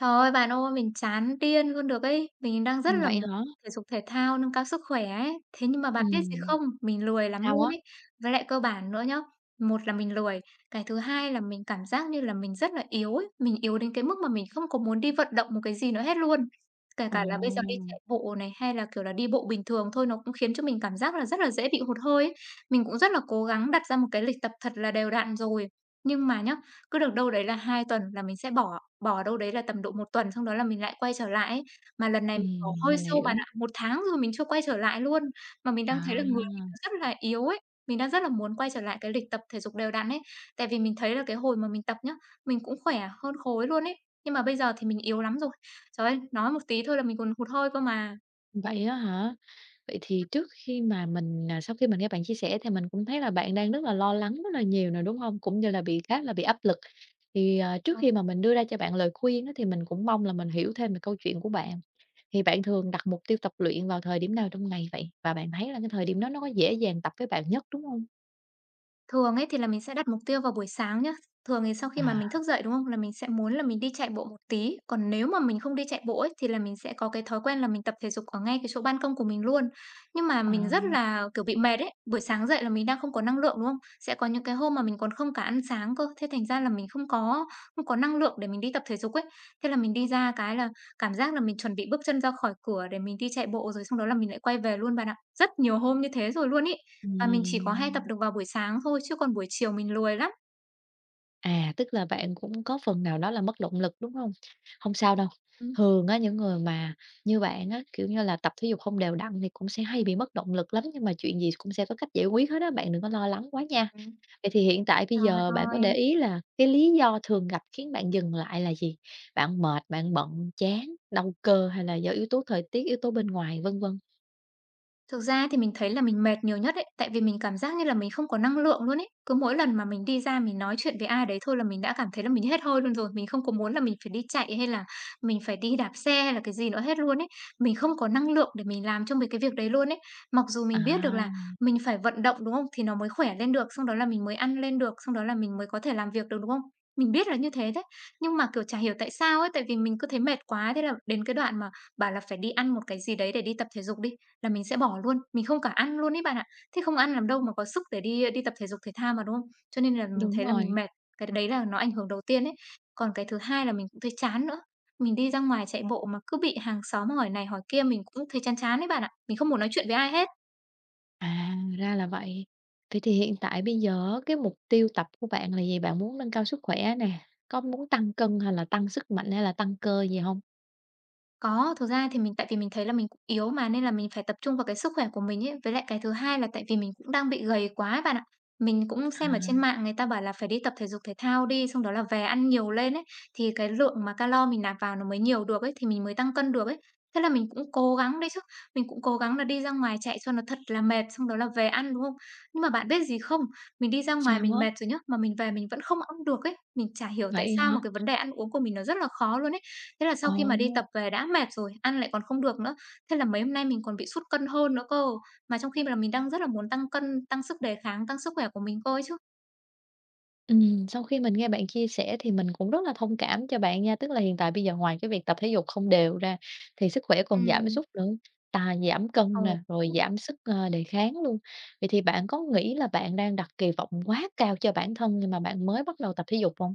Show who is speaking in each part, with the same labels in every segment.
Speaker 1: Trời ơi, bạn ơi, mình chán điên luôn được ấy. Mình đang rất là
Speaker 2: Vậy
Speaker 1: muốn
Speaker 2: hả?
Speaker 1: thể dục thể thao, nâng cao sức khỏe ấy. Thế nhưng mà bạn biết gì
Speaker 2: Ừm,
Speaker 1: không? Mình lười lắm
Speaker 2: sao á?
Speaker 1: luôn ấy. Với lại cơ bản nữa nhá, một là mình lười, cái thứ hai là mình cảm giác như là mình rất là yếu ấy. Mình yếu đến cái mức mà mình không có muốn đi vận động một cái gì nữa hết luôn. Kể cả là bây giờ đi
Speaker 2: Ồ,
Speaker 1: chạy bộ này hay là, kiểu là, đi bộ bình thường thôi, nó cũng khiến cho mình cảm giác là rất là dễ bị hụt hơi ấy. Mình cũng rất là cố gắng đặt ra một cái lịch tập thật là đều đặn rồi, nhưng mà nhá, cứ được đâu đấy là 2 tuần là mình sẽ bỏ. Bỏ đâu đấy là tầm độ 1 tuần xong đó là mình lại quay trở lại ấy. Mà lần này mình bỏ hơi
Speaker 2: mình
Speaker 1: sâu bạn
Speaker 2: hiểu.
Speaker 1: ạ, 1 tháng rồi mình chưa quay trở lại luôn, mà mình đang thấy
Speaker 2: À,
Speaker 1: là người mình rất là yếu ấy. Mình đang rất là muốn quay trở lại cái lịch tập thể dục đều đặn ấy, tại vì mình thấy là cái hồi mà mình tập nhá, mình cũng khỏe hơn khối luôn ấy, nhưng mà bây giờ thì mình yếu lắm rồi. Trời ơi, nói một tí thôi là mình còn hụt hơi cơ mà.
Speaker 2: vậy á hả? Vậy thì trước khi mà mình à, sau khi mình nghe bạn chia sẻ thì mình cũng thấy là bạn đang rất là lo lắng rất là nhiều nè, đúng không? Cũng như là bị khá là bị áp lực. Thì, à, trước khi mà mình đưa ra cho bạn lời khuyên á, thì mình cũng mong là mình hiểu thêm về câu chuyện của bạn. Thì bạn thường đặt mục tiêu tập luyện vào thời điểm nào trong ngày vậy? Và bạn thấy là cái thời điểm đó nó có dễ dàng tập với bạn nhất, đúng không?
Speaker 1: Thường ấy thì là mình sẽ đặt mục tiêu vào buổi sáng nhá. Thường thì sau
Speaker 2: À,
Speaker 1: khi mà mình thức dậy, đúng không? Là mình sẽ muốn là mình đi chạy bộ một tí, còn nếu mà mình không đi chạy bộ ấy, thì là mình sẽ có cái thói quen là mình tập thể dục ở ngay cái chỗ ban công của mình luôn. Nhưng mà mình
Speaker 2: à,
Speaker 1: rất là, kiểu, bị mệt ấy, buổi sáng dậy là mình đang không có năng lượng, đúng không? Sẽ có những cái hôm mà mình còn không cả ăn sáng cơ, thế thành ra là mình không có năng lượng để mình đi tập thể dục ấy. Thế là mình đi ra cái là cảm giác là mình chuẩn bị bước chân ra khỏi cửa để mình đi chạy bộ rồi xong đó là mình lại quay về luôn bạn ạ. Rất nhiều hôm như thế rồi luôn ý, và mình chỉ có hay tập
Speaker 2: ừm.
Speaker 1: được vào buổi sáng thôi, chứ còn buổi chiều mình lười lắm.
Speaker 2: À, tức là bạn cũng có phần nào đó là mất động lực, đúng hông? Hông sao đâu,
Speaker 1: Ừm.
Speaker 2: thường á, những người mà như bạn á, kiểu như là, tập thể dục không đều đặn thì cũng sẽ hay bị mất động lực lắm, nhưng mà chuyện gì cũng sẽ có cách giải quyết hết á, bạn đừng có lo lắng quá nha.
Speaker 1: Ừm,
Speaker 2: Vậy thì hiện tại bây
Speaker 1: trời
Speaker 2: giờ bạn có để
Speaker 1: ơi!
Speaker 2: ý là cái lý do thường gặp khiến bạn dừng lại là gì? Bạn mệt, bạn bận, chán, đau cơ hay là do yếu tố thời tiết, yếu tố bên ngoài, vân vân?
Speaker 1: Thực ra thì mình thấy là mình mệt nhiều nhất ấy, tại vì mình cảm giác như là mình không có năng lượng luôn ấy. Cứ mỗi lần mà mình đi ra mình nói chuyện với ai đấy thôi là mình đã cảm thấy là mình hết hơi luôn rồi, mình không có muốn là mình phải đi chạy hay là mình phải đi đạp xe hay là cái gì nữa hết luôn ấy. Mình không có năng lượng để mình làm cho mấy cái việc đấy luôn ấy. Mặc dù
Speaker 2: À,
Speaker 1: mình biết được là mình phải vận động, đúng không? Thì nó mới khỏe lên được, xong đó là mình mới ăn lên được, xong đó là mình mới có thể làm việc được, đúng không? Mình biết là như thế đấy, nhưng mà, kiểu, chả hiểu tại sao ấy, tại vì mình cứ thấy mệt quá, thế là đến cái đoạn mà bảo là phải đi ăn một cái gì đấy để đi tập thể dục đi, là mình sẽ bỏ luôn, mình không cả ăn luôn ấy bạn ạ. Thế không ăn làm đâu mà có sức để đi đi tập thể dục thể thao mà, đúng không? Cho nên là mình
Speaker 2: đúng
Speaker 1: thấy là mình
Speaker 2: rồi.
Speaker 1: mệt, cái đấy là nó ảnh hưởng đầu tiên ấy. Còn cái thứ hai là mình cũng thấy chán nữa. Mình đi ra ngoài chạy bộ mà cứ bị hàng xóm hỏi này hỏi kia mình cũng thấy chán chán đấy bạn ạ. Mình không muốn nói chuyện với ai hết.
Speaker 2: À, ra là vậy. Vậy thì hiện tại bây giờ á, cái mục tiêu tập của bạn là gì? Bạn muốn nâng cao sức khỏe nè, có muốn tăng cân hay là tăng sức mạnh hay là tăng cơ gì không?
Speaker 1: Có, thực ra thì mình tại vì mình thấy là mình cũng yếu mà, nên là mình phải tập trung vào cái sức khỏe của mình ấy. Với lại cái thứ hai là tại vì mình cũng đang bị gầy quá bạn ạ. Mình cũng xem ở trên
Speaker 2: À,
Speaker 1: mạng người ta bảo là phải đi tập thể dục thể thao đi, xong đó là về ăn nhiều lên ấy, thì cái lượng mà calo mình nạp vào nó mới nhiều được ấy, thì mình mới tăng cân được ấy. Thế là mình cũng cố gắng đấy chứ, mình cũng cố gắng là đi ra ngoài chạy cho nó thật là mệt, xong đó là về ăn, đúng không? Nhưng mà bạn biết gì không? Mình đi ra ngoài
Speaker 2: sao
Speaker 1: mình
Speaker 2: á?
Speaker 1: mệt rồi nhá, mà mình về mình vẫn không ăn được ấy. Mình chả hiểu tại
Speaker 2: Vậy
Speaker 1: sao
Speaker 2: hả?
Speaker 1: mà cái vấn đề ăn uống của mình nó rất là khó luôn ấy. Thế là sau
Speaker 2: Ồ.
Speaker 1: khi mà đi tập về đã mệt rồi, ăn lại còn không được nữa, thế là mấy hôm nay mình còn bị sút cân hơn nữa cơ, mà trong khi là mình đang rất là muốn tăng cân, tăng sức đề kháng, tăng sức khỏe của mình cơ ấy chứ.
Speaker 2: Sau khi mình nghe bạn chia sẻ thì mình cũng rất là thông cảm cho bạn nha, tức là hiện tại bây giờ ngoài cái việc tập thể dục không đều ra thì sức khỏe còn giảm
Speaker 1: Ừm.
Speaker 2: sút nữa, ta giảm
Speaker 1: Ờ.
Speaker 2: cân nè, rồi giảm sức, ờ, đề kháng luôn. Vậy thì bạn có nghĩ là bạn đang đặt kỳ vọng quá cao cho bản thân khi mà bạn mới bắt đầu tập thể dục không?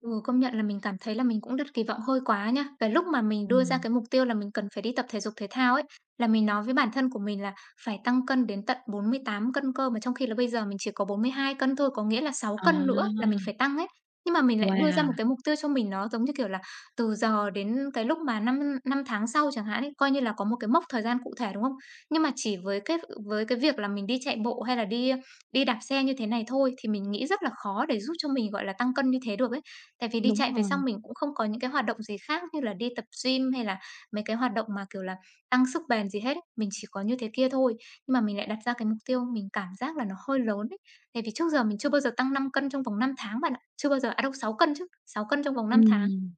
Speaker 1: Ừ, công nhận là mình cảm thấy là mình cũng đặt kỳ vọng hơi quá nhá. Cái lúc mà mình đưa ra
Speaker 2: Ừm.
Speaker 1: cái mục tiêu là mình cần phải đi tập thể dục thể thao ấy, là mình nói với bản thân của mình là phải tăng cân đến tận 48 cân cơ, mà trong khi là bây giờ mình chỉ có 42 cân thôi, có nghĩa là 6
Speaker 2: À,
Speaker 1: cân nữa là mình phải tăng ấy. Nhưng mà mình lại đưa ra
Speaker 2: wow,
Speaker 1: một cái mục tiêu cho mình nó giống như kiểu là từ giờ đến cái lúc mà 5 năm năm tháng sau chẳng hạn ấy, coi như là có một cái mốc thời gian cụ thể, đúng không? Nhưng mà chỉ với cái việc là mình đi chạy bộ hay là đi đi đạp xe như thế này thôi thì mình nghĩ rất là khó để giúp cho mình gọi là tăng cân như thế được ấy. Tại vì đi
Speaker 2: đúng
Speaker 1: chạy về
Speaker 2: rồi,
Speaker 1: xong mình cũng không có những cái hoạt động gì khác như là đi tập gym hay là mấy cái hoạt động mà, kiểu là, tăng sức bền gì hết ấy, mình chỉ có như thế kia thôi. Nhưng mà mình lại đặt ra cái mục tiêu mình cảm giác là nó hơi lớn ấy, tại vì trước giờ mình chưa bao giờ tăng 5 cân trong vòng 5 tháng bạn ạ. Chưa bao giờ à, đâu, 6 cân chứ, 6 cân trong vòng 5 tháng.
Speaker 2: ừm,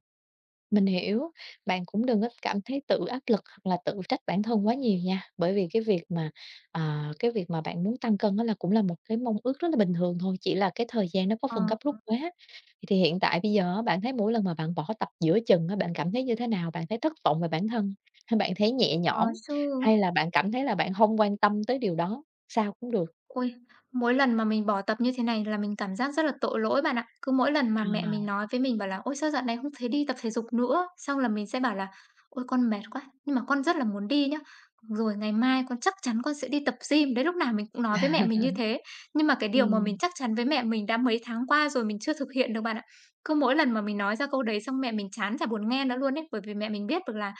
Speaker 2: mình hiểu. Bạn cũng đừng có cảm thấy tự áp lực hoặc là tự trách bản thân quá nhiều nha, bởi vì cái việc mà bạn muốn tăng cân đó là cũng là một cái mong ước rất là bình thường thôi, chỉ là cái thời gian nó có
Speaker 1: Ờ,
Speaker 2: phần gấp rút quá. Thì hiện tại bây giờ á, bạn thấy mỗi lần mà bạn bỏ tập giữa chừng á, bạn cảm thấy như thế nào? Bạn thấy thất vọng về bản thân, hay bạn thấy nhẹ
Speaker 1: có
Speaker 2: nhõm,
Speaker 1: chứ.
Speaker 2: hay là bạn cảm thấy là bạn không quan tâm tới điều đó? Sao cũng được.
Speaker 1: Ôi, mỗi lần mà mình bỏ tập như thế này là mình cảm giác rất là tội lỗi bạn ạ. Cứ mỗi lần mà mẹ mình
Speaker 2: À.
Speaker 1: nói với mình bảo là "Ôi, sao dạo này không thấy đi tập thể dục nữa?" Xong là mình sẽ bảo là "Ôi, con mệt quá, nhưng mà con rất là muốn đi nhá. Rồi ngày mai con chắc chắn con sẽ đi tập gym." Đấy, lúc nào mình cũng nói với mẹ mình như thế. Nhưng mà cái điều mà mình
Speaker 2: Ừm,
Speaker 1: chắc chắn với mẹ mình đã mấy tháng qua rồi mình chưa thực hiện được bạn ạ. Cứ mỗi lần mà mình nói ra câu đấy xong mẹ mình chán chả buồn nghe nữa luôn ấy, bởi vì mẹ mình biết được là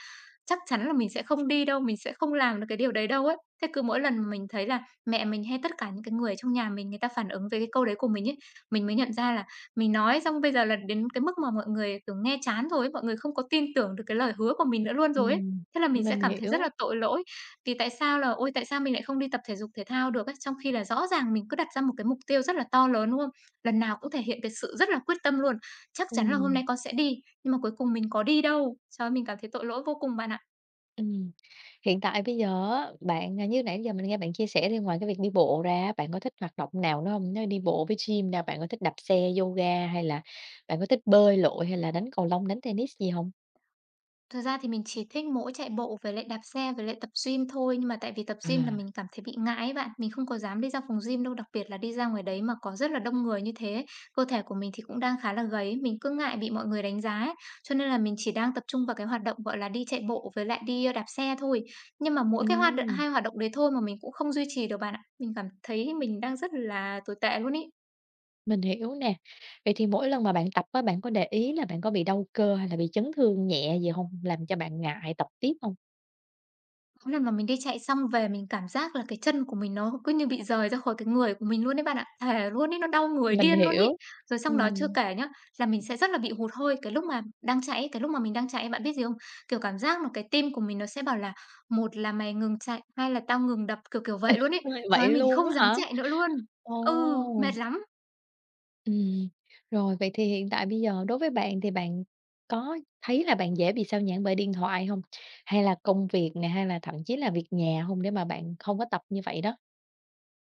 Speaker 1: chắc chắn là mình sẽ không đi đâu, mình sẽ không làm được cái điều đấy đâu ấy. Thế cứ mỗi lần mà mình thấy là mẹ mình hay tất cả những cái người trong nhà mình người ta phản ứng về cái câu đấy của mình ấy, mình mới nhận ra là mình nói xong bây giờ là đến cái mức mà mọi người, kiểu, nghe chán rồi ấy, mọi người không có tin tưởng được cái lời hứa của mình nữa luôn rồi ấy.
Speaker 2: ừm,
Speaker 1: Thế là mình sẽ
Speaker 2: mình
Speaker 1: cảm thấy rất
Speaker 2: hiểu.
Speaker 1: là tội lỗi, vì tại sao là "Ôi, tại sao mình lại không đi tập thể dục thể thao được ấy?" Trong khi là rõ ràng mình cứ đặt ra một cái mục tiêu rất là to lớn, đúng không? Lần nào cũng thể hiện cái sự rất là quyết tâm luôn, chắc chắn là hôm
Speaker 2: Ừm,
Speaker 1: nay con sẽ đi, nhưng mà cuối cùng mình có đi đâu. Trời ơi, mình cảm thấy tội lỗi vô cùng bạn ạ.
Speaker 2: ừm. Hiện tại bây giờ á, như nãy giờ mình nghe bạn chia sẻ đi, ngoài cái việc đi bộ ra á, bạn có thích hoạt động nào nữa hông? Nếu đi bộ với gym ra, bạn có thích đạp xe, yoga hay là bạn có thích bơi lội hay là đánh cầu lông, đánh tennis gì hông?
Speaker 1: Thật ra thì mình chỉ thích mỗi chạy bộ với lại đạp xe với lại tập gym thôi, nhưng mà tại vì tập gym là mình
Speaker 2: À.
Speaker 1: cảm thấy bị ngại ấy bạn, mình không có dám đi ra phòng gym đâu, đặc biệt là đi ra ngoài đấy mà có rất là đông người như thế. Cơ thể của mình thì cũng đang khá là gầy, mình cứ ngại bị mọi người đánh giá ấy, cho nên là mình chỉ đang tập trung vào cái hoạt động, gọi là, đi chạy bộ với lại đi, đạp xe thôi. Nhưng mà mỗi cái hoạt động
Speaker 2: Ừm,
Speaker 1: hai hoạt động đấy thôi mà mình cũng không duy trì được bạn ạ. Mình cảm thấy mình đang rất là tồi tệ luôn ý.
Speaker 2: mình hiểu nè. Vậy thì mỗi lần mà bạn tập á, bạn có để ý là bạn có bị đau cơ hay là bị chấn thương nhẹ gì hông, làm cho bạn ngại tập tiếp hông?
Speaker 1: Có lần mà mình đi chạy xong về mình cảm giác là cái chân của mình nó cứ như bị rời ra khỏi cái người của mình luôn đấy bạn ạ. Thề luôn ấy, nó đau người
Speaker 2: Mình
Speaker 1: điên luôn ấy.
Speaker 2: hiểu.
Speaker 1: Rồi xong đó chưa
Speaker 2: Ừm,
Speaker 1: kể nhá, là mình sẽ rất là bị hụt hơi cái lúc mà đang chạy ấy, cái lúc mà mình đang chạy bạn biết gì không? Kiểu cảm giác là cái tim của mình nó sẽ bảo là một là mày ngừng chạy, hai là tao ngừng đập, kiểu kiểu vậy luôn ấy.
Speaker 2: vậy
Speaker 1: Trời ơi,
Speaker 2: vậy
Speaker 1: mình
Speaker 2: luôn
Speaker 1: không
Speaker 2: á
Speaker 1: dám
Speaker 2: hả?
Speaker 1: chạy nữa luôn. Ừ,
Speaker 2: Ồ!
Speaker 1: mệt lắm.
Speaker 2: Ừm, rồi vậy thì hiện tại bây giờ đối với bạn thì bạn có thấy là bạn dễ bị sao nhãng bởi điện thoại không? Hay là công việc nè, hay là thậm chí là việc nhà không để mà bạn không có tập như vậy đó?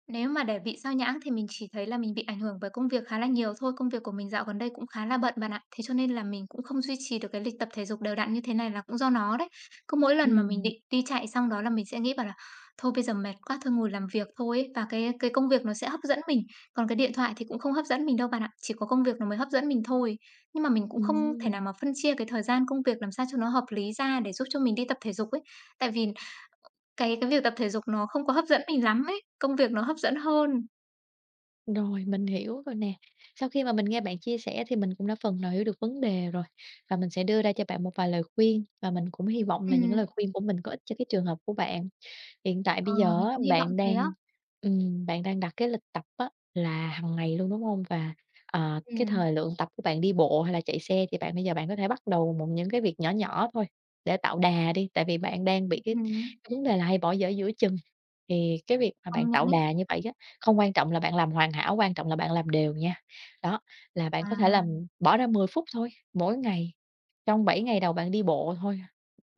Speaker 1: Nếu mà để bị sao nhãng thì mình chỉ thấy là mình bị ảnh hưởng bởi công việc khá là nhiều thôi. Công việc của mình dạo gần đây cũng khá là bận bạn ạ. Thế cho nên là mình cũng không duy trì được cái lịch tập thể dục đều đặn như thế này là cũng do nó đấy. Cứ mỗi lần mà mình
Speaker 2: Ừm,
Speaker 1: định đi chạy xong đó là mình sẽ nghĩ bảo là thôi bây giờ mệt quá thôi ngồi làm việc thôi ấy. Và cái công việc nó sẽ hấp dẫn mình. Còn cái điện thoại thì cũng không hấp dẫn mình đâu bạn ạ. Chỉ có công việc nó mới hấp dẫn mình thôi. Nhưng mà mình cũng không thể
Speaker 2: ừm,
Speaker 1: nào mà phân chia cái thời gian công việc làm sao cho nó hợp lý ra để giúp cho mình đi tập thể dục ấy. Tại vì cái việc tập thể dục nó không có hấp dẫn mình lắm ấy, công việc nó hấp dẫn hơn.
Speaker 2: rồi, mình hiểu rồi nè. Sau khi mà mình nghe bạn chia sẻ thì mình cũng đã phần nào hiểu được vấn đề rồi, và mình sẽ đưa ra cho bạn một vài lời khuyên, và mình cũng hy vọng là những
Speaker 1: Ừm.
Speaker 2: lời khuyên của mình có ích cho cái trường hợp của bạn. Hiện tại
Speaker 1: Ờ,
Speaker 2: bây giờ
Speaker 1: mình
Speaker 2: á,
Speaker 1: cũng hy vọng thế á.
Speaker 2: bạn đang đặt cái lịch tập á là hàng ngày luôn, đúng hông? Và, ờ, cái
Speaker 1: Ừm,
Speaker 2: thời lượng tập của bạn đi bộ hay là chạy xe thì bạn bây giờ bạn có thể bắt đầu bằng những cái việc nhỏ nhỏ thôi để tạo đà đi, tại vì bạn đang bị cái
Speaker 1: ừm.
Speaker 2: cái vấn đề là hay bỏ dở giữa chừng. Thì cái việc mà bạn
Speaker 1: Công nhận
Speaker 2: tạo
Speaker 1: ấy.
Speaker 2: đà như vậy á, không quan trọng là bạn làm hoàn hảo, quan trọng là bạn làm đều nha. Đó, là bạn có thể
Speaker 1: À.
Speaker 2: làm bỏ ra 10 phút thôi mỗi ngày, trong 7 ngày đầu bạn đi bộ thôi.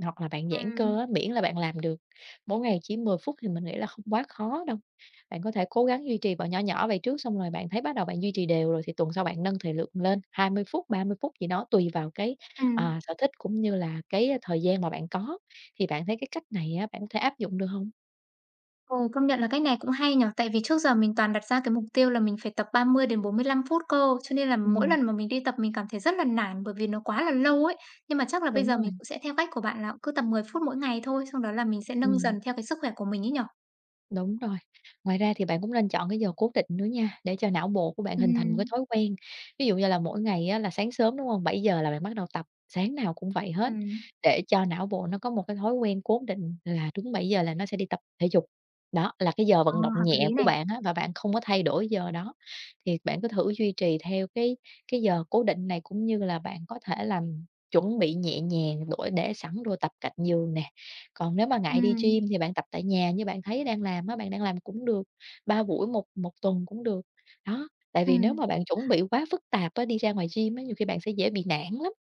Speaker 2: Hoặc là bạn giãn cơ
Speaker 1: Ừm,
Speaker 2: á, miễn là bạn làm được mỗi ngày chỉ 10 phút thì mình nghĩ là không quá khó đâu. Bạn có thể cố gắng duy trì vào nhỏ nhỏ vậy trước, xong rồi bạn thấy bắt đầu bạn duy trì đều rồi thì tuần sau bạn nâng thời lượng lên 20 phút, 30 phút gì đó tùy vào cái,
Speaker 1: ừm.
Speaker 2: à, sở thích cũng như là cái thời gian mà bạn có. Thì bạn thấy cái cách này á, bạn có thể áp dụng được không?
Speaker 1: Ừ, công nhận là cách này cũng hay nhỉ? Tại vì trước giờ mình toàn đặt ra cái mục tiêu là mình phải tập 30 đến 45 phút cơ, cho nên là mỗi
Speaker 2: Ừm,
Speaker 1: lần mà mình đi tập mình cảm thấy rất là nản bởi vì nó quá là lâu ấy. Nhưng mà chắc là bây
Speaker 2: đúng
Speaker 1: giờ
Speaker 2: rồi,
Speaker 1: mình cũng sẽ theo cách của bạn là cứ tầm 10 phút mỗi ngày thôi, xong đó là mình sẽ nâng
Speaker 2: ừm.
Speaker 1: dần theo cái sức khỏe của mình ấy nhỉ?
Speaker 2: Đúng rồi. Ngoài ra thì bạn cũng nên chọn cái giờ cố định nữa nha, để cho não bộ của bạn hình thành một cái
Speaker 1: Ừm,
Speaker 2: thói quen. Ví dụ như là mỗi ngày á là sáng sớm, đúng không? 7 giờ là bạn bắt đầu tập, sáng nào cũng vậy hết,
Speaker 1: ừm.
Speaker 2: để cho não bộ nó có một cái thói quen cố định là đúng 7 giờ là nó sẽ đi tập thể dục. Đó, là cái giờ
Speaker 1: Ờ,
Speaker 2: vận động
Speaker 1: hợp
Speaker 2: nhẹ
Speaker 1: lý
Speaker 2: của
Speaker 1: này.
Speaker 2: bạn á và bạn không có thay đổi giờ đó, thì bạn cứ thử duy trì theo cái giờ cố định này, cũng như là bạn có thể làm chuẩn bị nhẹ nhàng đổi để sẵn đồ tập cạnh giường nè. Còn nếu mà ngại đi gym
Speaker 1: Ừm,
Speaker 2: thì bạn tập tại nhà như bạn thấy đang làm á, bạn đang làm cũng được, 3 buổi một một tuần cũng được. Đó, tại vì nếu
Speaker 1: ừm.
Speaker 2: mà bạn chuẩn bị quá phức tạp á, đi ra ngoài gym á, nhiều khi bạn sẽ dễ bị nản lắm.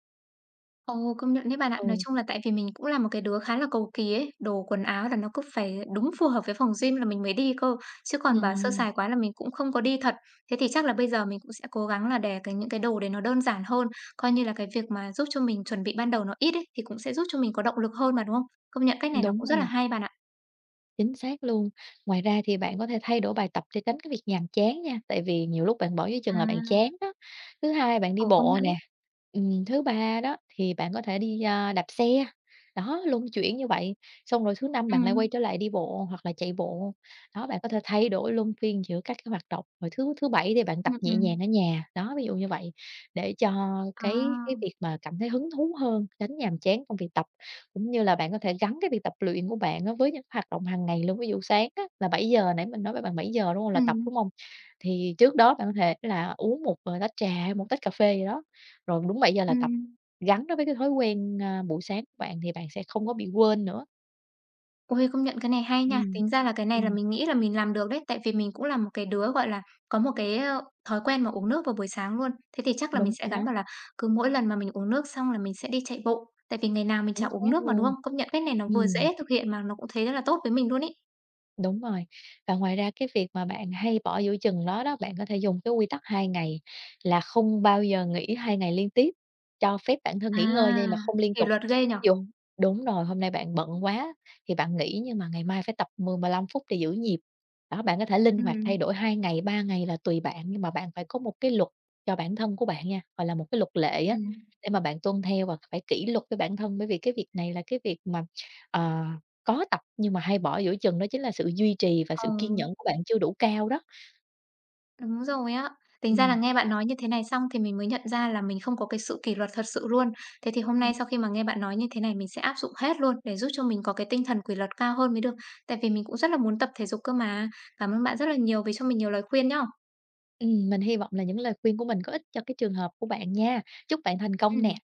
Speaker 1: Ồ, công nhận đấy bạn ạ. Nói
Speaker 2: Ừ,
Speaker 1: chung là tại vì mình cũng là một cái đứa khá là cầu kỳ ấy, đồ quần áo là nó cứ phải đúng phù hợp với phòng gym là mình mới đi cơ, chứ còn bà sơ
Speaker 2: ừm,
Speaker 1: sài quá là mình cũng không có đi thật. Thế thì chắc là bây giờ mình cũng sẽ cố gắng là để cái những cái đồ đấy nó đơn giản hơn, coi như là cái việc mà giúp cho mình chuẩn bị ban đầu nó ít ấy, thì cũng sẽ giúp cho mình có động lực hơn mà, đúng không? Công nhận cách này nó
Speaker 2: đúng
Speaker 1: cũng rất là
Speaker 2: rồi.
Speaker 1: hay bạn ạ.
Speaker 2: Chính xác luôn. Ngoài ra thì bạn có thể thay đổi bài tập để tránh cái việc nhàm chán nha, tại vì nhiều lúc bạn bỏ dưới chừng là bạn chán
Speaker 1: À,
Speaker 2: đó. Thứ hai bạn đi
Speaker 1: ồ, công
Speaker 2: bộ
Speaker 1: nhận
Speaker 2: nè,
Speaker 1: đấy.
Speaker 2: thứ ba đó thì bạn có thể đi, a, đạp xe, đó, luân chuyển như vậy. Xong rồi thứ năm bạn lại quay trở
Speaker 1: Ừm,
Speaker 2: lại đi bộ hoặc là chạy bộ. Đó, bạn có thể thay đổi luân phiên giữa các cái hoạt động. Rồi thứ thứ Bảy thì bạn tập
Speaker 1: ừm,
Speaker 2: nhẹ nhàng
Speaker 1: ừm.
Speaker 2: ở nhà, đó, ví dụ như vậy, để cho
Speaker 1: À,
Speaker 2: cái việc mà cảm thấy hứng thú hơn, tránh nhàm chán trong việc tập. Cũng như là bạn có thể gắn cái việc tập luyện của bạn á với những hoạt động hàng ngày luôn. Ví dụ sáng á là 7 giờ nãy mình nói với bạn 7 giờ đúng không? Là tập,
Speaker 1: ừm,
Speaker 2: đúng không? Thì trước đó bạn có thể là uống một, ờ, tách trà hay một tách cà phê gì đó, rồi đúng 7 giờ là tập.
Speaker 1: ừm.
Speaker 2: Gắn nó với cái thói quen, a, buổi sáng của bạn thì bạn sẽ không có bị quên nữa.
Speaker 1: Ôi, công nhận cái này hay nha.
Speaker 2: Ừm.
Speaker 1: Tính ra là cái này là
Speaker 2: Ừm,
Speaker 1: mình nghĩ là mình làm được đấy, tại vì mình cũng là một cái đứa, gọi là, có một cái, thói quen mà uống nước vào buổi sáng luôn. Thế thì chắc là
Speaker 2: đúng
Speaker 1: mình sẽ
Speaker 2: rồi
Speaker 1: gắn
Speaker 2: đó,
Speaker 1: vào là cứ mỗi lần mà mình uống nước xong là mình sẽ đi chạy bộ, tại vì ngày nào mình chả
Speaker 2: chính
Speaker 1: uống
Speaker 2: xác
Speaker 1: nước mà, đúng
Speaker 2: luôn.
Speaker 1: không? Công nhận cái này nó vừa
Speaker 2: Ừm.
Speaker 1: dễ thực hiện mà nó cũng thấy rất là tốt với mình luôn ý.
Speaker 2: Đúng rồi. Và ngoài ra cái việc mà bạn hay bỏ giữa chừng đó đó, bạn có thể dùng cái quy tắc 2 ngày là không bao giờ nghỉ 2 ngày liên tiếp, cho phép bản thân
Speaker 1: À,
Speaker 2: nghỉ ngơi nhưng mà không liên
Speaker 1: kỷ
Speaker 2: tục.
Speaker 1: luật ghê nhở.
Speaker 2: Ví dụ đúng rồi, hôm nay bạn bận quá thì bạn nghỉ nhưng mà ngày mai phải tập 10, 15 phút để giữ nhịp. Đó, bạn có thể linh hoạt thay
Speaker 1: Ừm,
Speaker 2: đổi 2 ngày, 3 ngày là tùy bạn, nhưng mà bạn phải có một cái luật cho bản thân của bạn nha, gọi là một cái luật lệ á,
Speaker 1: ừm,
Speaker 2: để mà bạn tuân theo và phải kỷ luật với bản thân. Bởi vì cái việc này là cái việc mà, ờ, có tập nhưng mà hay bỏ giữa chừng đó chính là sự duy trì và
Speaker 1: ồ.
Speaker 2: sự kiên nhẫn của bạn chưa đủ cao đó.
Speaker 1: Đúng rồi á. Tính ra là
Speaker 2: Ừm.
Speaker 1: nghe bạn nói như thế này xong thì mình mới nhận ra là mình không có cái sự kỷ luật thật sự luôn. Thế thì hôm nay
Speaker 2: Ừm,
Speaker 1: sau khi mà nghe bạn nói như thế này mình sẽ áp dụng hết luôn để giúp cho mình có cái tinh thần kỷ luật cao hơn mới được. Tại vì mình cũng rất là muốn tập thể dục cơ mà. Cảm ơn bạn rất là nhiều vì cho mình nhiều lời khuyên nhá.
Speaker 2: mình hy vọng là những lời khuyên của mình có ích cho cái trường hợp của bạn nha. Chúc bạn thành
Speaker 1: Ừ.
Speaker 2: công nè.